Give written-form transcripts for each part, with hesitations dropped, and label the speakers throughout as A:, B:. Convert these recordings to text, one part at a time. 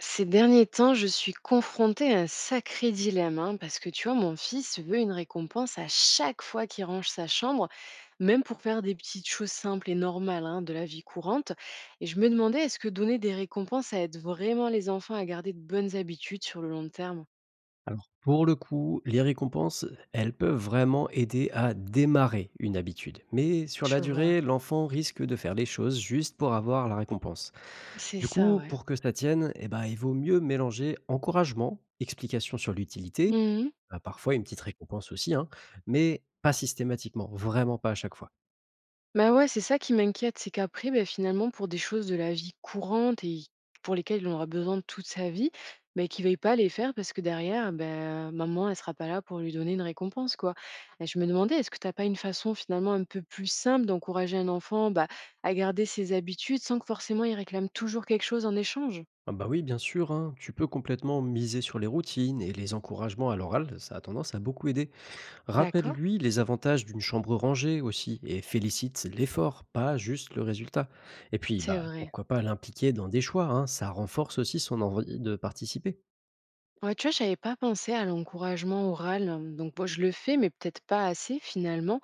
A: Ces derniers temps, je suis confrontée à un sacré dilemme, hein, parce que tu vois, mon fils veut une récompense à chaque fois qu'il range sa chambre, même pour faire des petites choses simples et normales hein, de la vie courante. Et je me demandais, est-ce que donner des récompenses, ça aide vraiment les enfants à garder de bonnes habitudes sur le long terme?
B: Alors, pour le coup, les récompenses, elles peuvent vraiment aider à démarrer une habitude. Mais sur la
A: Je vois.
B: durée, l'enfant risque de faire les choses juste pour avoir la récompense.
A: C'est
B: Du
A: ça,
B: coup,
A: ouais.
B: pour que ça tienne, eh ben, il vaut mieux mélanger encouragement, explication sur l'utilité, bah, parfois une petite récompense aussi, hein, mais pas systématiquement, vraiment pas à chaque fois.
A: Bah, ouais, c'est ça qui m'inquiète, c'est qu'après, beh, finalement, pour des choses de la vie courante et pour lesquelles il aura besoin de toute sa vie, beh, qu'il ne veuille pas les faire parce que derrière, bah, maman, elle sera pas là pour lui donner une récompense, quoi. Et je me demandais, est-ce que tu as pas une façon finalement un peu plus simple d'encourager un enfant, bah, à garder ses habitudes sans que forcément il réclame toujours quelque chose en échange?
B: Ah bah oui, bien sûr, hein, tu peux complètement miser sur les routines et les encouragements à l'oral, ça a tendance à beaucoup aider.
A: D'accord.
B: Rappelle-lui les avantages d'une chambre rangée aussi et félicite l'effort, pas juste le résultat. Et puis,
A: C'est
B: bah,
A: vrai.
B: pourquoi pas l'impliquer dans des choix, hein, ça renforce aussi son envie de participer.
A: Ouais, tu vois, j'avais pas pensé à l'encouragement oral. Donc, moi, je le fais, mais peut-être pas assez finalement.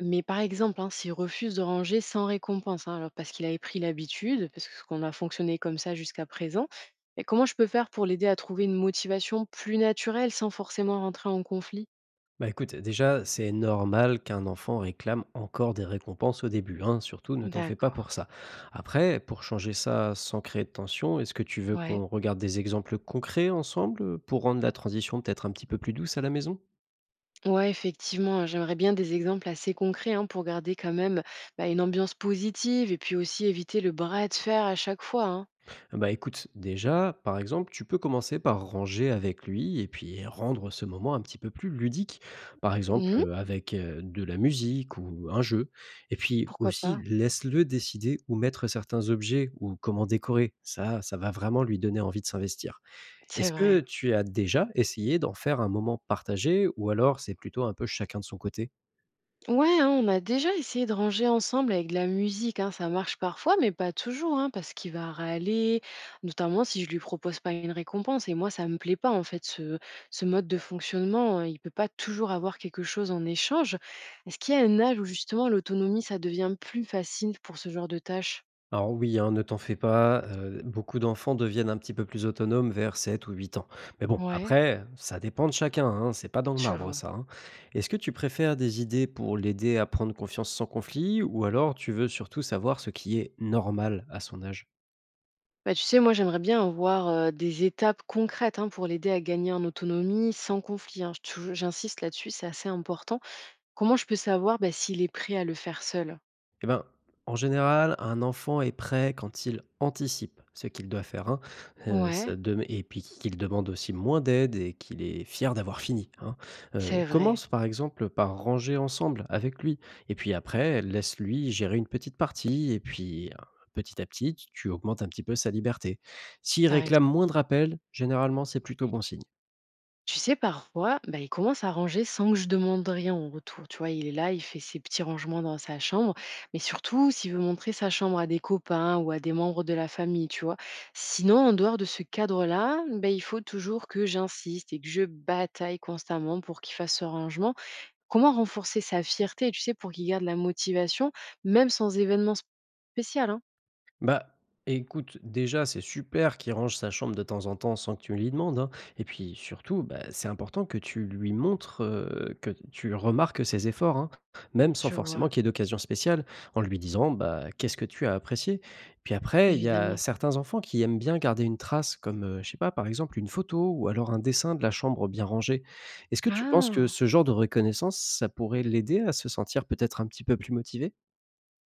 A: Mais par exemple, hein, s'il refuse de ranger sans récompense, hein, alors parce qu'il avait pris l'habitude, parce qu'on a fonctionné comme ça jusqu'à présent, mais comment je peux faire pour l'aider à trouver une motivation plus naturelle sans forcément rentrer en conflit?
B: Bah écoute, déjà, c'est normal qu'un enfant réclame encore des récompenses au début, hein, surtout ne t'en fais pas
A: D'accord,
B: pour ça. Après, pour changer ça sans créer de tension, est-ce que tu veux
A: ouais.
B: qu'on regarde des exemples concrets ensemble pour rendre la transition peut-être un petit peu plus douce à la maison?
A: Ouais, effectivement, hein, j'aimerais bien des exemples assez concrets hein, pour garder quand même bah, une ambiance positive et puis aussi éviter le bras de fer à chaque fois. Hein.
B: Bah écoute, déjà, par exemple, tu peux commencer par ranger avec lui et puis rendre ce moment un petit peu plus ludique, par exemple
A: Mhm,
B: avec de la musique ou un jeu. Et puis
A: pourquoi
B: aussi,
A: pas.
B: laisse-le décider où mettre certains objets ou comment décorer. Ça va vraiment lui donner envie de s'investir.
A: C'est
B: Est-ce que
A: vrai.
B: tu as déjà essayé d'en faire un moment partagé ou alors c'est plutôt un peu chacun de son côté?
A: Ouais, hein, on a déjà essayé de ranger ensemble avec de la musique, hein, ça marche parfois, mais pas toujours, hein, parce qu'il va râler, notamment si je lui propose pas une récompense. Et moi, ça me plaît pas, en fait, ce mode de fonctionnement. Hein, il peut pas toujours avoir quelque chose en échange. Est-ce qu'il y a un âge où justement l'autonomie, ça devient plus facile pour ce genre de tâches?
B: Alors oui, hein, ne t'en fais pas, beaucoup d'enfants deviennent un petit peu plus autonomes vers 7 ou 8 ans. Mais bon,
A: Ouais,
B: après, ça dépend de chacun, hein, c'est pas dans le
A: je
B: marbre
A: vois.
B: ça, hein. Est-ce que tu préfères des idées pour l'aider à prendre confiance sans conflit ou alors tu veux surtout savoir ce qui est normal à son âge?
A: Bah, tu sais, moi, j'aimerais bien avoir des étapes concrètes hein, pour l'aider à gagner en autonomie sans conflit. Hein. J'insiste là-dessus, c'est assez important. Comment je peux savoir, bah, s'il est prêt à le faire seul?
B: Eh ben, en général, un enfant est prêt quand il anticipe ce qu'il doit faire, hein,
A: Ouais,
B: ça dem et puis qu'il demande aussi moins d'aide et qu'il est fier d'avoir fini, hein.
A: c'est vrai,
B: Commence par exemple par ranger ensemble avec lui et puis après laisse-lui gérer une petite partie et puis, petit à petit, tu augmentes un petit peu sa liberté. S'il
A: t'as
B: réclame
A: raison.
B: moins de rappels, généralement c'est plutôt bon signe.
A: Tu sais, parfois, bah, il commence à ranger sans que je demande rien en retour. Tu vois, il est là, il fait ses petits rangements dans sa chambre, mais surtout s'il veut montrer sa chambre à des copains ou à des membres de la famille, tu vois. Sinon, en dehors de ce cadre-là, bah, il faut toujours que j'insiste et que je bataille constamment pour qu'il fasse ce rangement. Comment renforcer sa fierté, tu sais, pour qu'il garde la motivation, même sans événement spécial, hein,
B: Bah, écoute, déjà, c'est super qu'il range sa chambre de temps en temps sans que tu lui demandes, hein. Et puis surtout, bah, c'est important que tu lui montres, que tu remarques ses efforts, hein, même sans
A: tu vois,
B: forcément qu'il y ait d'occasion spéciale, en lui disant, bah, qu'est-ce que tu as apprécié? Puis après, il y a
A: évidemment.
B: certains enfants qui aiment bien garder une trace comme, je sais pas, par exemple, une photo ou alors un dessin de la chambre bien rangée. Est-ce que tu penses que
A: Ah!
B: ce genre de reconnaissance, ça pourrait l'aider à se sentir peut-être un petit peu plus motivé?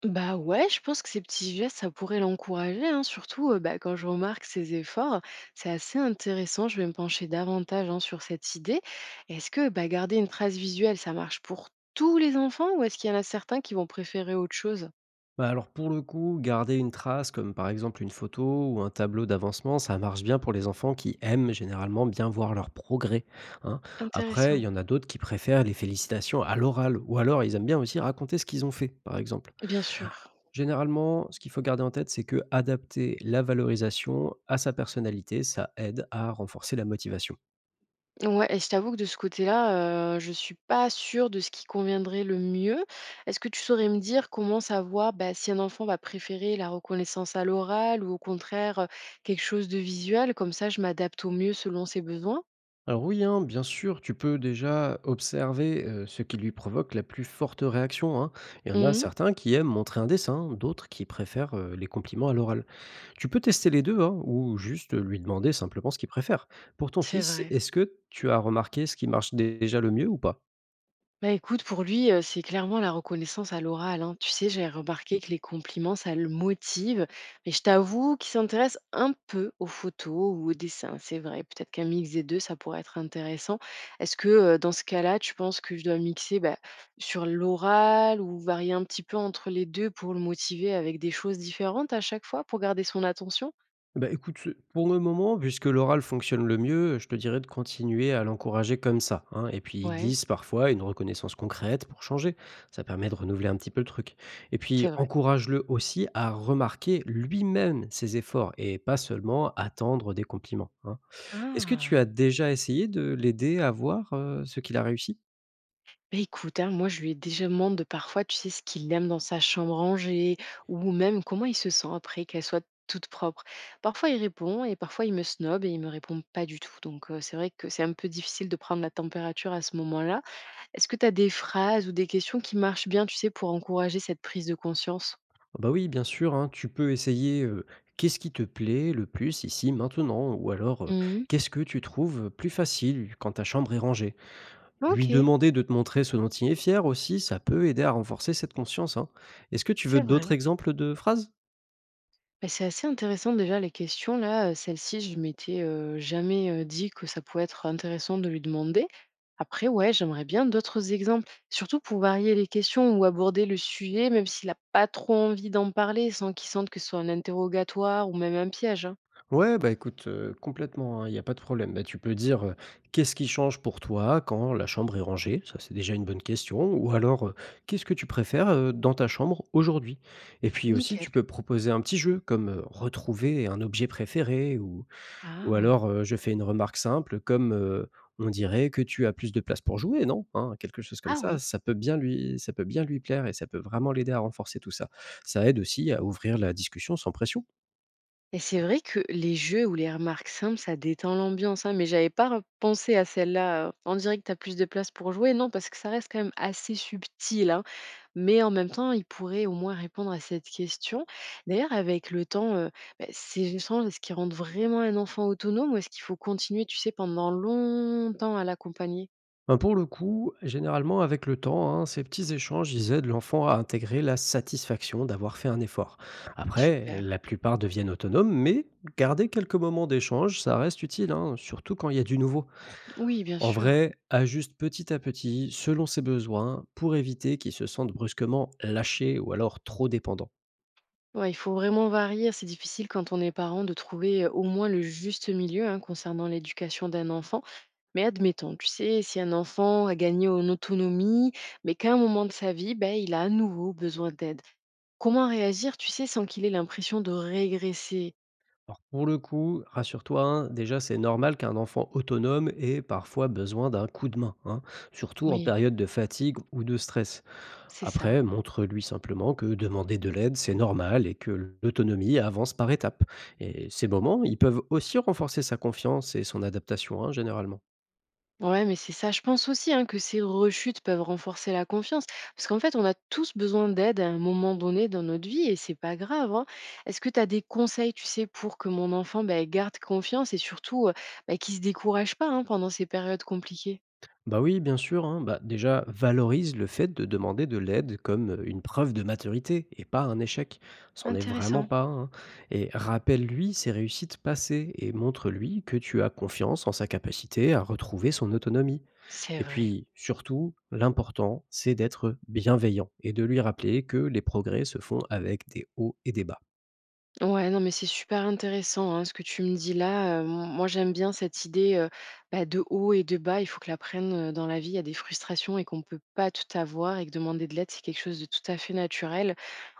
A: Bah, ouais, je pense que ces petits gestes, ça pourrait l'encourager, hein, surtout, bah, quand je remarque ses efforts. C'est assez intéressant, je vais me pencher davantage, hein, sur cette idée. Est-ce que, bah, garder une trace visuelle, ça marche pour tous les enfants ou est-ce qu'il y en a certains qui vont préférer autre chose?
B: Bah, alors pour le coup, garder une trace comme par exemple une photo ou un tableau d'avancement, ça marche bien pour les enfants qui aiment généralement bien voir leur progrès, hein. Après, il
A: Intéressant,
B: y en a d'autres qui préfèrent les félicitations à l'oral ou alors ils aiment bien aussi raconter ce qu'ils ont fait, par exemple.
A: bien sûr.
B: Généralement, ce qu'il faut garder en tête, c'est que adapter la valorisation à sa personnalité, ça aide à renforcer la motivation.
A: Ouais et je t'avoue que de ce côté-là, je suis pas sûre de ce qui conviendrait le mieux. Est-ce que tu saurais me dire comment savoir, bah, si un enfant va préférer la reconnaissance à l'oral ou au contraire, quelque chose de visuel? Comme ça, je m'adapte au mieux selon ses besoins.
B: Alors oui, hein, bien sûr, tu peux déjà observer ce qui lui provoque la plus forte réaction, hein. Il y en a
A: Mmh.
B: certains qui aiment montrer un dessin, d'autres qui préfèrent les compliments à l'oral. Tu peux tester les deux, hein, ou juste lui demander simplement ce qu'il préfère. Pour ton
A: C'est
B: fils,
A: vrai.
B: est-ce que tu as remarqué ce qui marche déjà le mieux ou pas?
A: Bah écoute, pour lui, c'est clairement la reconnaissance à l'oral, hein. Tu sais, j'ai remarqué que les compliments, ça le motive, mais je t'avoue qu'il s'intéresse un peu aux photos ou aux dessins, c'est vrai. Peut-être qu'un mix des 2, ça pourrait être intéressant. Est-ce que, dans ce cas-là, tu penses que je dois mixer, bah, sur l'oral ou varier un petit peu entre les 2 pour le motiver avec des choses différentes à chaque fois pour garder son attention?
B: Bah, écoute, pour le moment, puisque l'oral fonctionne le mieux, je te dirais de continuer à l'encourager comme ça, hein, et puis il
A: Ouais,
B: glisse parfois une reconnaissance concrète pour changer. Ça permet de renouveler un petit peu le truc et puis
A: c'est vrai.
B: encourage-le aussi à remarquer lui-même ses efforts et pas seulement attendre des compliments, hein. Est-ce que tu as
A: Ah!
B: déjà essayé de l'aider à voir, ce qu'il a réussi?
A: Beh, écoute, hein, moi, je lui ai déjà demandé parfois, tu sais, ce qu'il aime dans sa chambre rangée ou même comment il se sent après qu'elle soit toute propre. Parfois, il répond et parfois, il me snob et il me répond pas du tout. Donc, c'est vrai que c'est un peu difficile de prendre la température à ce moment-là. Est-ce que tu as des phrases ou des questions qui marchent bien, tu sais, pour encourager cette prise de conscience?
B: Ah bah, oui, bien sûr, hein, tu peux essayer, qu'est-ce qui te plaît le plus ici, maintenant? Ou alors,
A: Mhm.
B: qu'est-ce que tu trouves plus facile quand ta chambre est rangée?
A: Ok,
B: Lui demander de te montrer ce dont il est fier aussi, ça peut aider à renforcer cette conscience, hein. Est-ce que tu veux
A: c'est
B: d'autres
A: vrai.
B: exemples de phrases?
A: Bah, c'est assez intéressant déjà les questions là, celle-ci je m'étais, jamais, dit que ça pouvait être intéressant de lui demander. Après ouais, j'aimerais bien d'autres exemples, surtout pour varier les questions ou aborder le sujet même s'il a pas trop envie d'en parler sans qu'il sente que ce soit un interrogatoire ou même un piège, hein.
B: Ouais, bah écoute, complètement, hein, il y a pas de problème. Bah, tu peux dire, «Qu'est-ce qui change pour toi quand la chambre est rangée?» Ça, c'est déjà une bonne question. Ou alors, «Qu'est-ce que tu préfères, dans ta chambre aujourd'hui?» Et puis aussi,
A: Nickel.
B: tu peux proposer un petit jeu comme, retrouver un objet préféré. Ou
A: Ah.
B: alors, je fais une remarque simple comme, «On dirait que tu as plus de place pour jouer, non?» Hein, quelque chose comme
A: Ah
B: ça,
A: oui
B: ça peut bien lui plaire et ça peut vraiment l'aider à renforcer tout ça. Ça aide aussi à ouvrir la discussion sans pression.
A: et c'est vrai que les jeux ou les remarques simples, ça détend l'ambiance, hein, mais j'avais pas pensé à celle-là, on dirait que tu as plus de place pour jouer, non? Parce que ça reste quand même assez subtil, hein. Mais en même temps, ils pourraient au moins répondre à cette question. D'ailleurs, avec le temps, bah, ces échanges, est-ce qu'ils rendent vraiment un enfant autonome ou est-ce qu'il faut continuer, tu sais, pendant longtemps à l'accompagner?
B: Ben, pour le coup, généralement avec le temps, hein, ces petits échanges, ils aident l'enfant à intégrer la satisfaction d'avoir fait un effort. Après,
A: Super.
B: la plupart deviennent autonomes, mais garder quelques moments d'échange, ça reste utile, hein, surtout quand il y a du nouveau.
A: Oui, bien
B: En
A: sûr.
B: vrai, ajuste petit à petit, selon ses besoins, pour éviter qu'il se sente brusquement lâché ou alors trop dépendant.
A: Ouais, il faut vraiment varier. C'est difficile quand on est parent de trouver, au moins le juste milieu, hein, concernant l'éducation d'un enfant. Mais admettons, tu sais, si un enfant a gagné en autonomie, mais qu'à un moment de sa vie, ben, il a à nouveau besoin d'aide. Comment réagir, tu sais, sans qu'il ait l'impression de régresser?
B: Alors pour le coup, rassure-toi, hein, déjà c'est normal qu'un enfant autonome ait parfois besoin d'un coup de main, hein, surtout en
A: Oui,
B: période de fatigue ou de stress.
A: c'est ça.
B: Après, montre-lui simplement que demander de l'aide, c'est normal et que l'autonomie avance par étapes. Et ces moments, ils peuvent aussi renforcer sa confiance et son adaptation, hein, généralement.
A: Ouais, mais c'est ça. Je pense aussi hein, que ces rechutes peuvent renforcer la confiance. Parce qu'en fait, on a tous besoin d'aide à un moment donné dans notre vie et c'est pas grave. Hein. Est-ce que tu as des conseils, tu sais, pour que mon enfant bah, garde confiance et surtout bah, qu'il se décourage pas hein, pendant ces périodes compliquées?
B: Bah oui, bien sûr, hein. Bah, déjà, valorise le fait de demander de l'aide comme une preuve de maturité et pas un échec. C'en est vraiment
A: Intéressant.
B: pas un, hein. Et rappelle-lui ses réussites passées et montre-lui que tu as confiance en sa capacité à retrouver son autonomie.
A: C'est
B: Et
A: vrai.
B: puis, surtout, l'important, c'est d'être bienveillant et de lui rappeler que les progrès se font avec des hauts et des bas.
A: Ouais, non, mais c'est super intéressant hein, ce que tu me dis là. Moi, j'aime bien cette idée bah, de haut et de bas. Il faut que la prenne dans la vie. Il y a des frustrations et qu'on ne peut pas tout avoir et que demander de l'aide, c'est quelque chose de tout à fait naturel.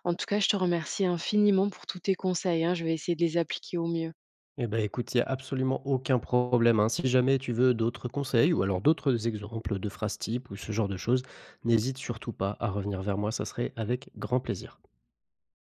A: En tout cas, je te remercie infiniment pour tous tes conseils. Hein. Je vais essayer de les appliquer au mieux.
B: Eh ben, écoute, il y a absolument aucun problème, hein. Si jamais tu veux d'autres conseils ou alors d'autres exemples de phrases type ou ce genre de choses, n'hésite surtout pas à revenir vers moi, ça serait avec grand plaisir.